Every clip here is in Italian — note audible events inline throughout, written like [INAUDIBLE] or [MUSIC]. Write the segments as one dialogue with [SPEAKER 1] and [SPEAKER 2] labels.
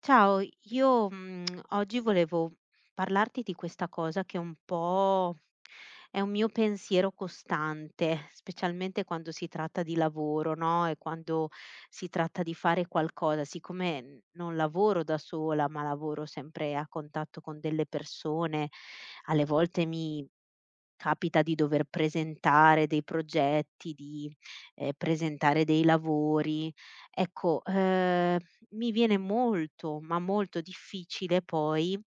[SPEAKER 1] Ciao, io oggi volevo parlarti di questa cosa che è un mio pensiero costante, specialmente quando si tratta di lavoro, no, e quando si tratta di fare qualcosa. Siccome, non lavoro da sola, ma lavoro sempre a contatto con delle persone, alle volte mi Capita di dover presentare dei progetti, presentare dei lavori. Ecco, ehm, mi viene molto, ma molto difficile poi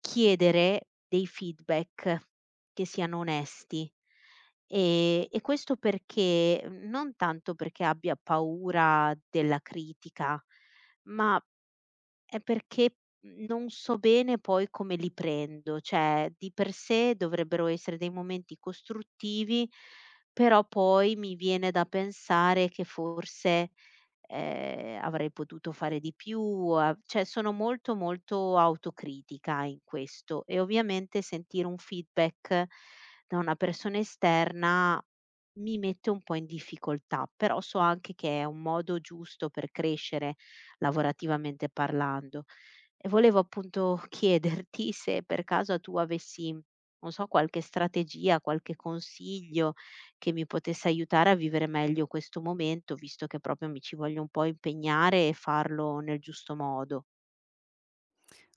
[SPEAKER 1] chiedere dei feedback che siano onesti. E questo perché non tanto perché abbia paura della critica, ma è perché, non so bene poi come li prendo, cioè di per sé dovrebbero essere dei momenti costruttivi, però poi mi viene da pensare che forse avrei potuto fare di più, a cioè sono molto, molto autocritica in questo e ovviamente sentire un feedback da una persona esterna mi mette un po' in difficoltà, però so anche che è un modo giusto per crescere lavorativamente parlando. E volevo appunto [LAUGHS] chiederti se per caso tu avessi, non so, qualche strategia, qualche consiglio che mi potesse aiutare a vivere meglio questo momento, visto che proprio mi ci voglio un po' impegnare e farlo nel giusto modo.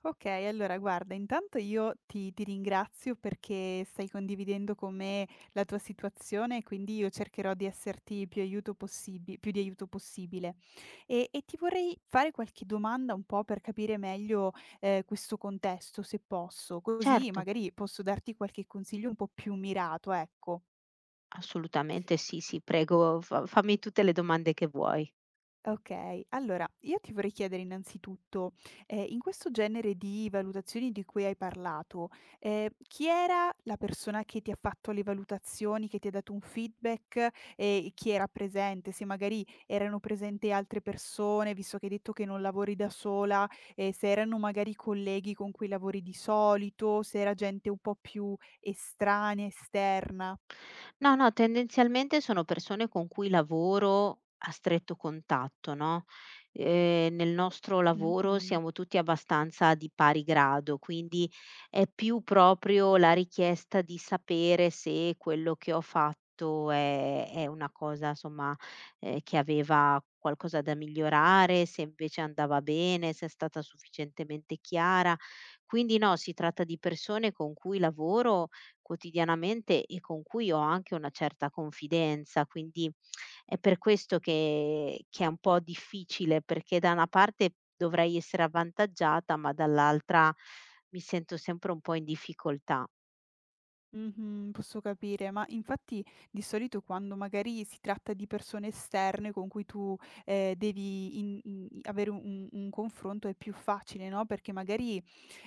[SPEAKER 2] Okay, allora guarda, intanto io ti ringrazio perché stai condividendo con me la tua situazione, quindi io cercherò di esserti più di aiuto possibile. E ti vorrei fare qualche domanda un po' per capire meglio, questo contesto, se posso, così
[SPEAKER 1] Certo,
[SPEAKER 2] magari posso darti qualche consiglio un po' più mirato, ecco.
[SPEAKER 1] assolutamente sì, sì, prego, fa fammi tutte le domande che vuoi.
[SPEAKER 2] Okay, allora io ti vorrei chiedere innanzitutto, in questo genere di valutazioni di cui hai parlato, chi era la persona che ti ha fatto le valutazioni, che ti ha dato un feedback e chi era presente? Se magari erano presenti altre persone, visto che hai detto che non lavori da sola, e se erano magari colleghi con cui lavori di solito, se era gente un po' più estranea, esterna.
[SPEAKER 1] No, no, tendenzialmente sono persone con cui lavoro a stretto contatto, no, nel nostro lavoro
[SPEAKER 2] Mh-mh.
[SPEAKER 1] siamo tutti abbastanza di pari grado, quindi è più proprio la richiesta di sapere se quello che ho fatto è una cosa, somma, che aveva qualcosa da migliorare, se invece andava bene, se è stata sufficientemente chiara. Quindi no, si tratta di persone con cui lavoro quotidianamente e con cui ho anche una certa confidenza, quindi è per questo che è un po' difficile, perché da una parte dovrei essere avvantaggiata, ma dall'altra mi sento sempre un po' in difficoltà.
[SPEAKER 2] Mh-mh, posso capire, ma infatti di solito quando magari si tratta di persone esterne con cui tu, devi in avere un confronto è più facile, no, perché magari,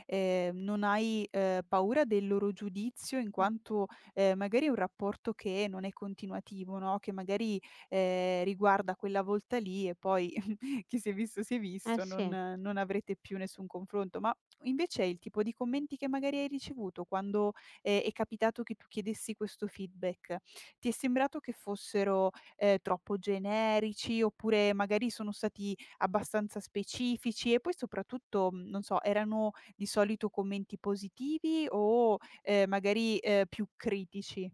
[SPEAKER 2] non hai, paura del loro giudizio in
[SPEAKER 1] Mh,
[SPEAKER 2] quanto, magari è un rapporto che non è continuativo, no, che magari, riguarda quella volta lì e poi [LAUGHS] chi si è
[SPEAKER 1] eh
[SPEAKER 2] visto, non
[SPEAKER 1] sì.
[SPEAKER 2] non avrete più nessun confronto. Ma invece è il tipo di commenti che magari hai ricevuto quando è capitato che tu chiedessi questo feedback, ti è sembrato che fossero, troppo generici oppure magari sono stati abbastanza specifici? E poi soprattutto, non so, erano di solito commenti positivi o, magari, più critici?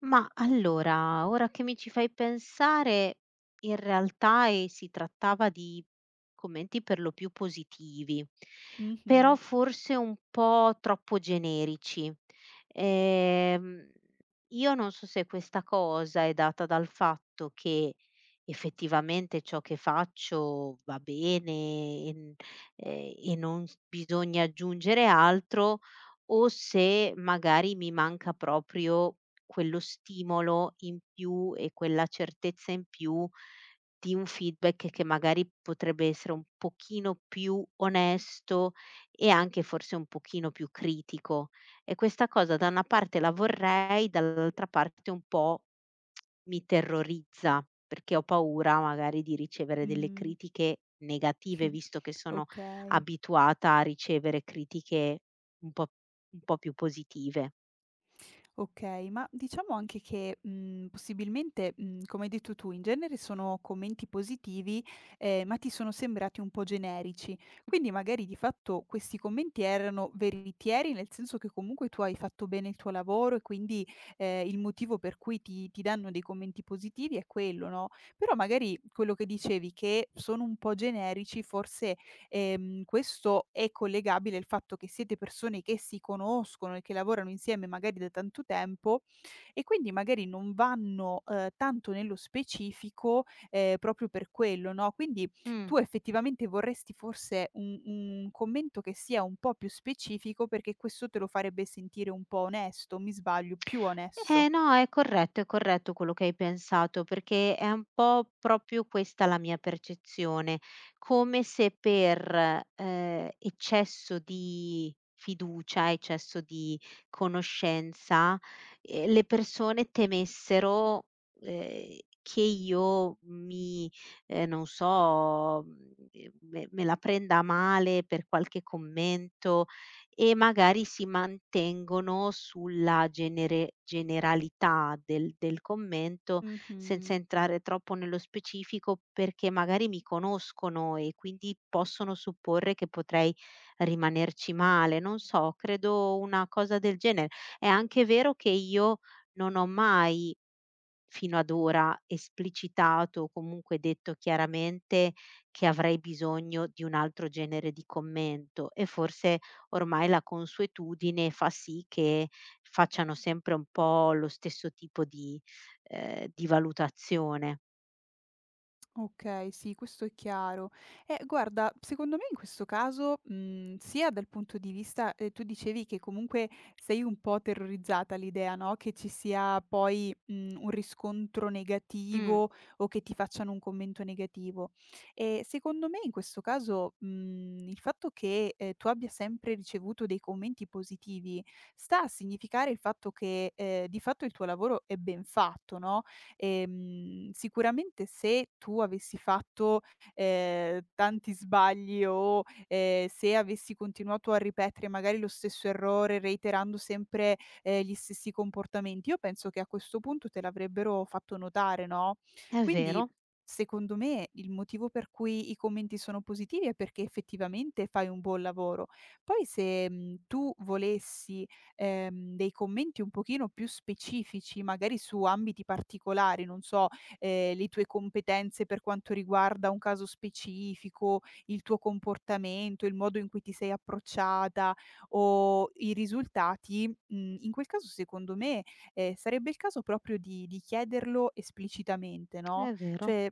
[SPEAKER 1] Ma allora, ora che mi ci fai pensare, in realtà, si trattava di commenti per lo più positivi, però
[SPEAKER 2] Mh-mh.
[SPEAKER 1] forse un po' troppo generici. Ehm, io non so se questa cosa è data dal fatto che effettivamente ciò che faccio va bene e n e non s bisogna aggiungere altro o se magari mi manca proprio quello stimolo in più e quella certezza in più di un feedback che magari potrebbe essere un pochino più onesto e anche forse un pochino più critico. E questa cosa da una parte la vorrei, dall'altra parte un po' mi terrorizza, perché ho paura magari di ricevere delle
[SPEAKER 2] Mh.
[SPEAKER 1] critiche negative, visto che
[SPEAKER 2] [LAUGHS]
[SPEAKER 1] sono
[SPEAKER 2] Okay.
[SPEAKER 1] abituata a ricevere critiche un po', un po' più positive.
[SPEAKER 2] Okay, ma diciamo anche che, possibilmente, come hai detto tu, in genere sono commenti positivi, ma ti sono sembrati un po' generici. Quindi magari di fatto questi commenti erano veritieri, nel senso che comunque tu hai fatto bene il tuo lavoro e quindi, il motivo per cui ti danno dei commenti positivi è quello, no, però magari quello che dicevi che sono un po' generici forse questo è collegabile al fatto che siete persone che si conoscono e che lavorano insieme magari da tanto tempo e quindi magari non vanno, tanto nello specifico, proprio per quello, no, quindi
[SPEAKER 1] Mm.
[SPEAKER 2] tu effettivamente vorresti forse un commento che sia un po' più specifico perché questo te lo farebbe sentire un po' onesto, mi sbaglio? Più
[SPEAKER 1] Eh
[SPEAKER 2] onesto.
[SPEAKER 1] no, è corretto quello che hai pensato, perché è un po' proprio questa la mia percezione, come se per, eccesso di fiducia, eccesso di conoscenza, le persone temessero, ehm, che io mi non so, me la prenda a male per qualche commento, e magari si mantengono sulla genere generalità del commento, senza
[SPEAKER 2] Mh-mh.
[SPEAKER 1] entrare troppo nello specifico, perché magari mi conoscono e quindi possono supporre che potrei rimanerci male. Non so, credo una cosa del genere. È anche vero che io non ho mai fino ad ora esplicitato o comunque detto chiaramente che avrei bisogno di un altro genere di commento e forse ormai la consuetudine fa sì che facciano sempre un po' lo stesso tipo di valutazione.
[SPEAKER 2] Okay, sì, questo è chiaro. Guarda, secondo me in questo caso, sia dal punto di vista tu dicevi che comunque sei un po' terrorizzata all'idea, no, che ci sia poi, un riscontro
[SPEAKER 1] Mh,
[SPEAKER 2] negativo o che ti facciano un commento negativo. Secondo me in questo caso, il fatto che, tu abbia sempre ricevuto dei commenti positivi sta a significare il fatto che, di fatto il tuo lavoro è ben fatto, no. Sicuramente se tu avessi fatto, tanti sbagli o, se avessi continuato a ripetere magari lo stesso errore, reiterando sempre, gli stessi comportamenti, io penso che a questo punto te l'avrebbero fatto notare, no,
[SPEAKER 1] è
[SPEAKER 2] quindi
[SPEAKER 1] vero,
[SPEAKER 2] secondo me il motivo per cui i commenti sono positivi è perché effettivamente fai un buon lavoro. Poi se, tu volessi dei commenti un pochino più specifici, magari su ambiti particolari, non so, le tue competenze per quanto riguarda un caso specifico, il tuo comportamento, il modo in cui ti sei approcciata o i risultati, in quel caso secondo me, sarebbe il caso proprio di chiederlo esplicitamente, no,
[SPEAKER 1] è vero.
[SPEAKER 2] cioè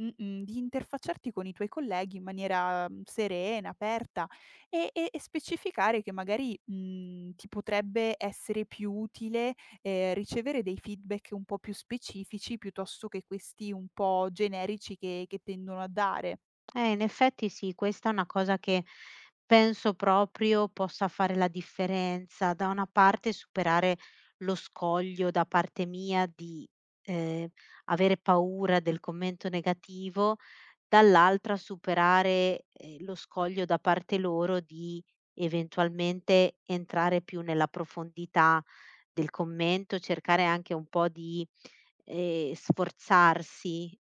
[SPEAKER 2] mh-mh, di interfacciarti con i tuoi colleghi in maniera, serena, aperta e specificare che magari, ti potrebbe essere più utile, ricevere dei feedback un po' più specifici piuttosto che questi un po' generici che tendono a dare.
[SPEAKER 1] In effetti sì, questa è una cosa che penso proprio possa fare la differenza. Da una parte superare lo scoglio da parte mia di eh, avere paura del commento negativo, dall'altra superare lo scoglio da parte loro di eventualmente entrare più nella profondità del commento, cercare anche un po' di sforzarsi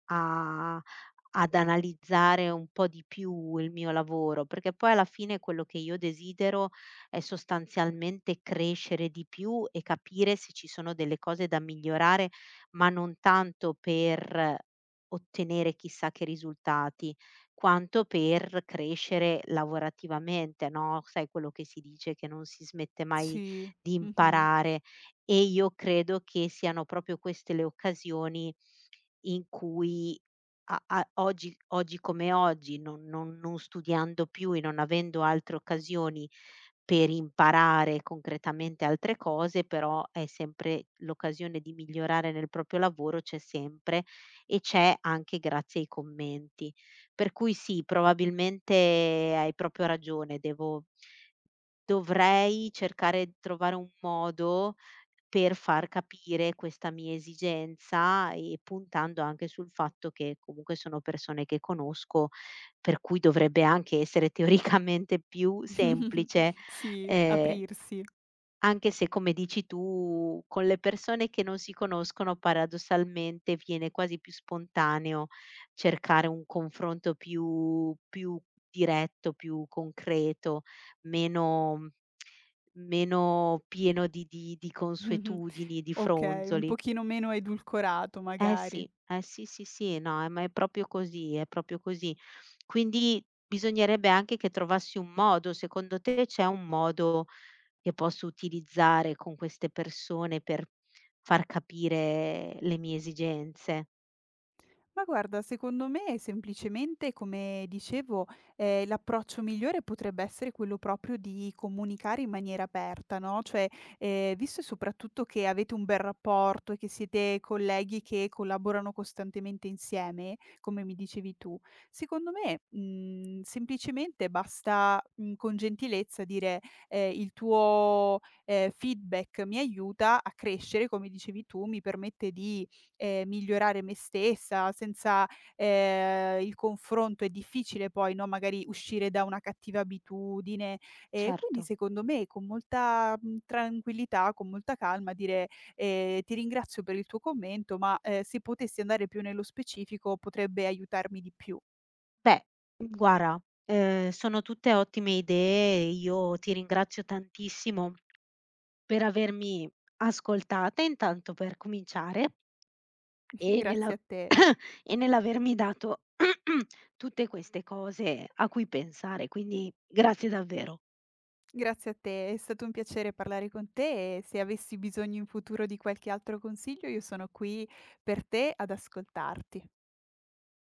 [SPEAKER 1] ad analizzare un po' di più il mio lavoro, perché poi alla fine quello che io desidero è sostanzialmente crescere di più e capire se ci sono delle cose da migliorare, ma non tanto per ottenere chissà che risultati, quanto per crescere lavorativamente, no, sai quello che si dice che non si smette mai
[SPEAKER 2] Sì,
[SPEAKER 1] di
[SPEAKER 2] mh-mh.
[SPEAKER 1] imparare e io credo che siano proprio queste le occasioni in cui a a oggi oggi come oggi, non studiando più e non avendo altre occasioni per imparare concretamente altre cose, però è sempre l'occasione di migliorare nel proprio lavoro c'è sempre e c'è anche grazie ai commenti. Per cui sì, probabilmente hai proprio ragione, devo dovrei cercare di trovare un modo per far capire questa mia esigenza e puntando anche sul fatto che comunque sono persone che conosco, per cui dovrebbe anche essere teoricamente più semplice,
[SPEAKER 2] [LAUGHS] Sì,
[SPEAKER 1] ehm,
[SPEAKER 2] aprirsi.
[SPEAKER 1] anche se, come dici tu, con le persone che non si conoscono paradossalmente viene quasi più spontaneo cercare un confronto più diretto, più concreto, meno meno pieno di
[SPEAKER 2] [LAUGHS]
[SPEAKER 1] consuetudini, di
[SPEAKER 2] Okay, un
[SPEAKER 1] fronzoli.
[SPEAKER 2] pochino meno edulcorato magari.
[SPEAKER 1] Sì, eh sì, sì, sì, no, ma è proprio così, è proprio così. Quindi bisognerebbe anche che trovassi un modo. Secondo te c'è un modo che posso utilizzare con queste persone per far capire le mie esigenze.
[SPEAKER 2] Ma guarda, secondo me semplicemente, come dicevo, l'approccio migliore potrebbe essere quello proprio di comunicare in maniera aperta, no, cioè, visto e soprattutto che avete un bel rapporto e che siete colleghi che collaborano costantemente insieme, come mi dicevi tu, secondo me, semplicemente basta, con gentilezza dire, "Il tuo, feedback mi aiuta a crescere", come dicevi tu, mi permette di migliorare me stessa, senza, il confronto è difficile poi, no, magari uscire da una cattiva abitudine. E
[SPEAKER 1] Certo.
[SPEAKER 2] quindi secondo me con molta, tranquillità, con molta calma dire: ti ringrazio per il tuo commento, ma, se potessi andare più nello specifico potrebbe aiutarmi di più."
[SPEAKER 1] Beh, guarda, sono tutte ottime idee. Io ti ringrazio tantissimo per avermi ascoltata, intanto per cominciare,
[SPEAKER 2] [LAUGHS]
[SPEAKER 1] e nella
[SPEAKER 2] Grazie a te.
[SPEAKER 1] [COUGHS] e nell'avermi dato [COUGHS] tutte queste cose a cui pensare, quindi grazie davvero.
[SPEAKER 2] Grazie a te, è stato un piacere parlare con te e se avessi bisogno in futuro di qualche altro consiglio io sono qui per te ad ascoltarti.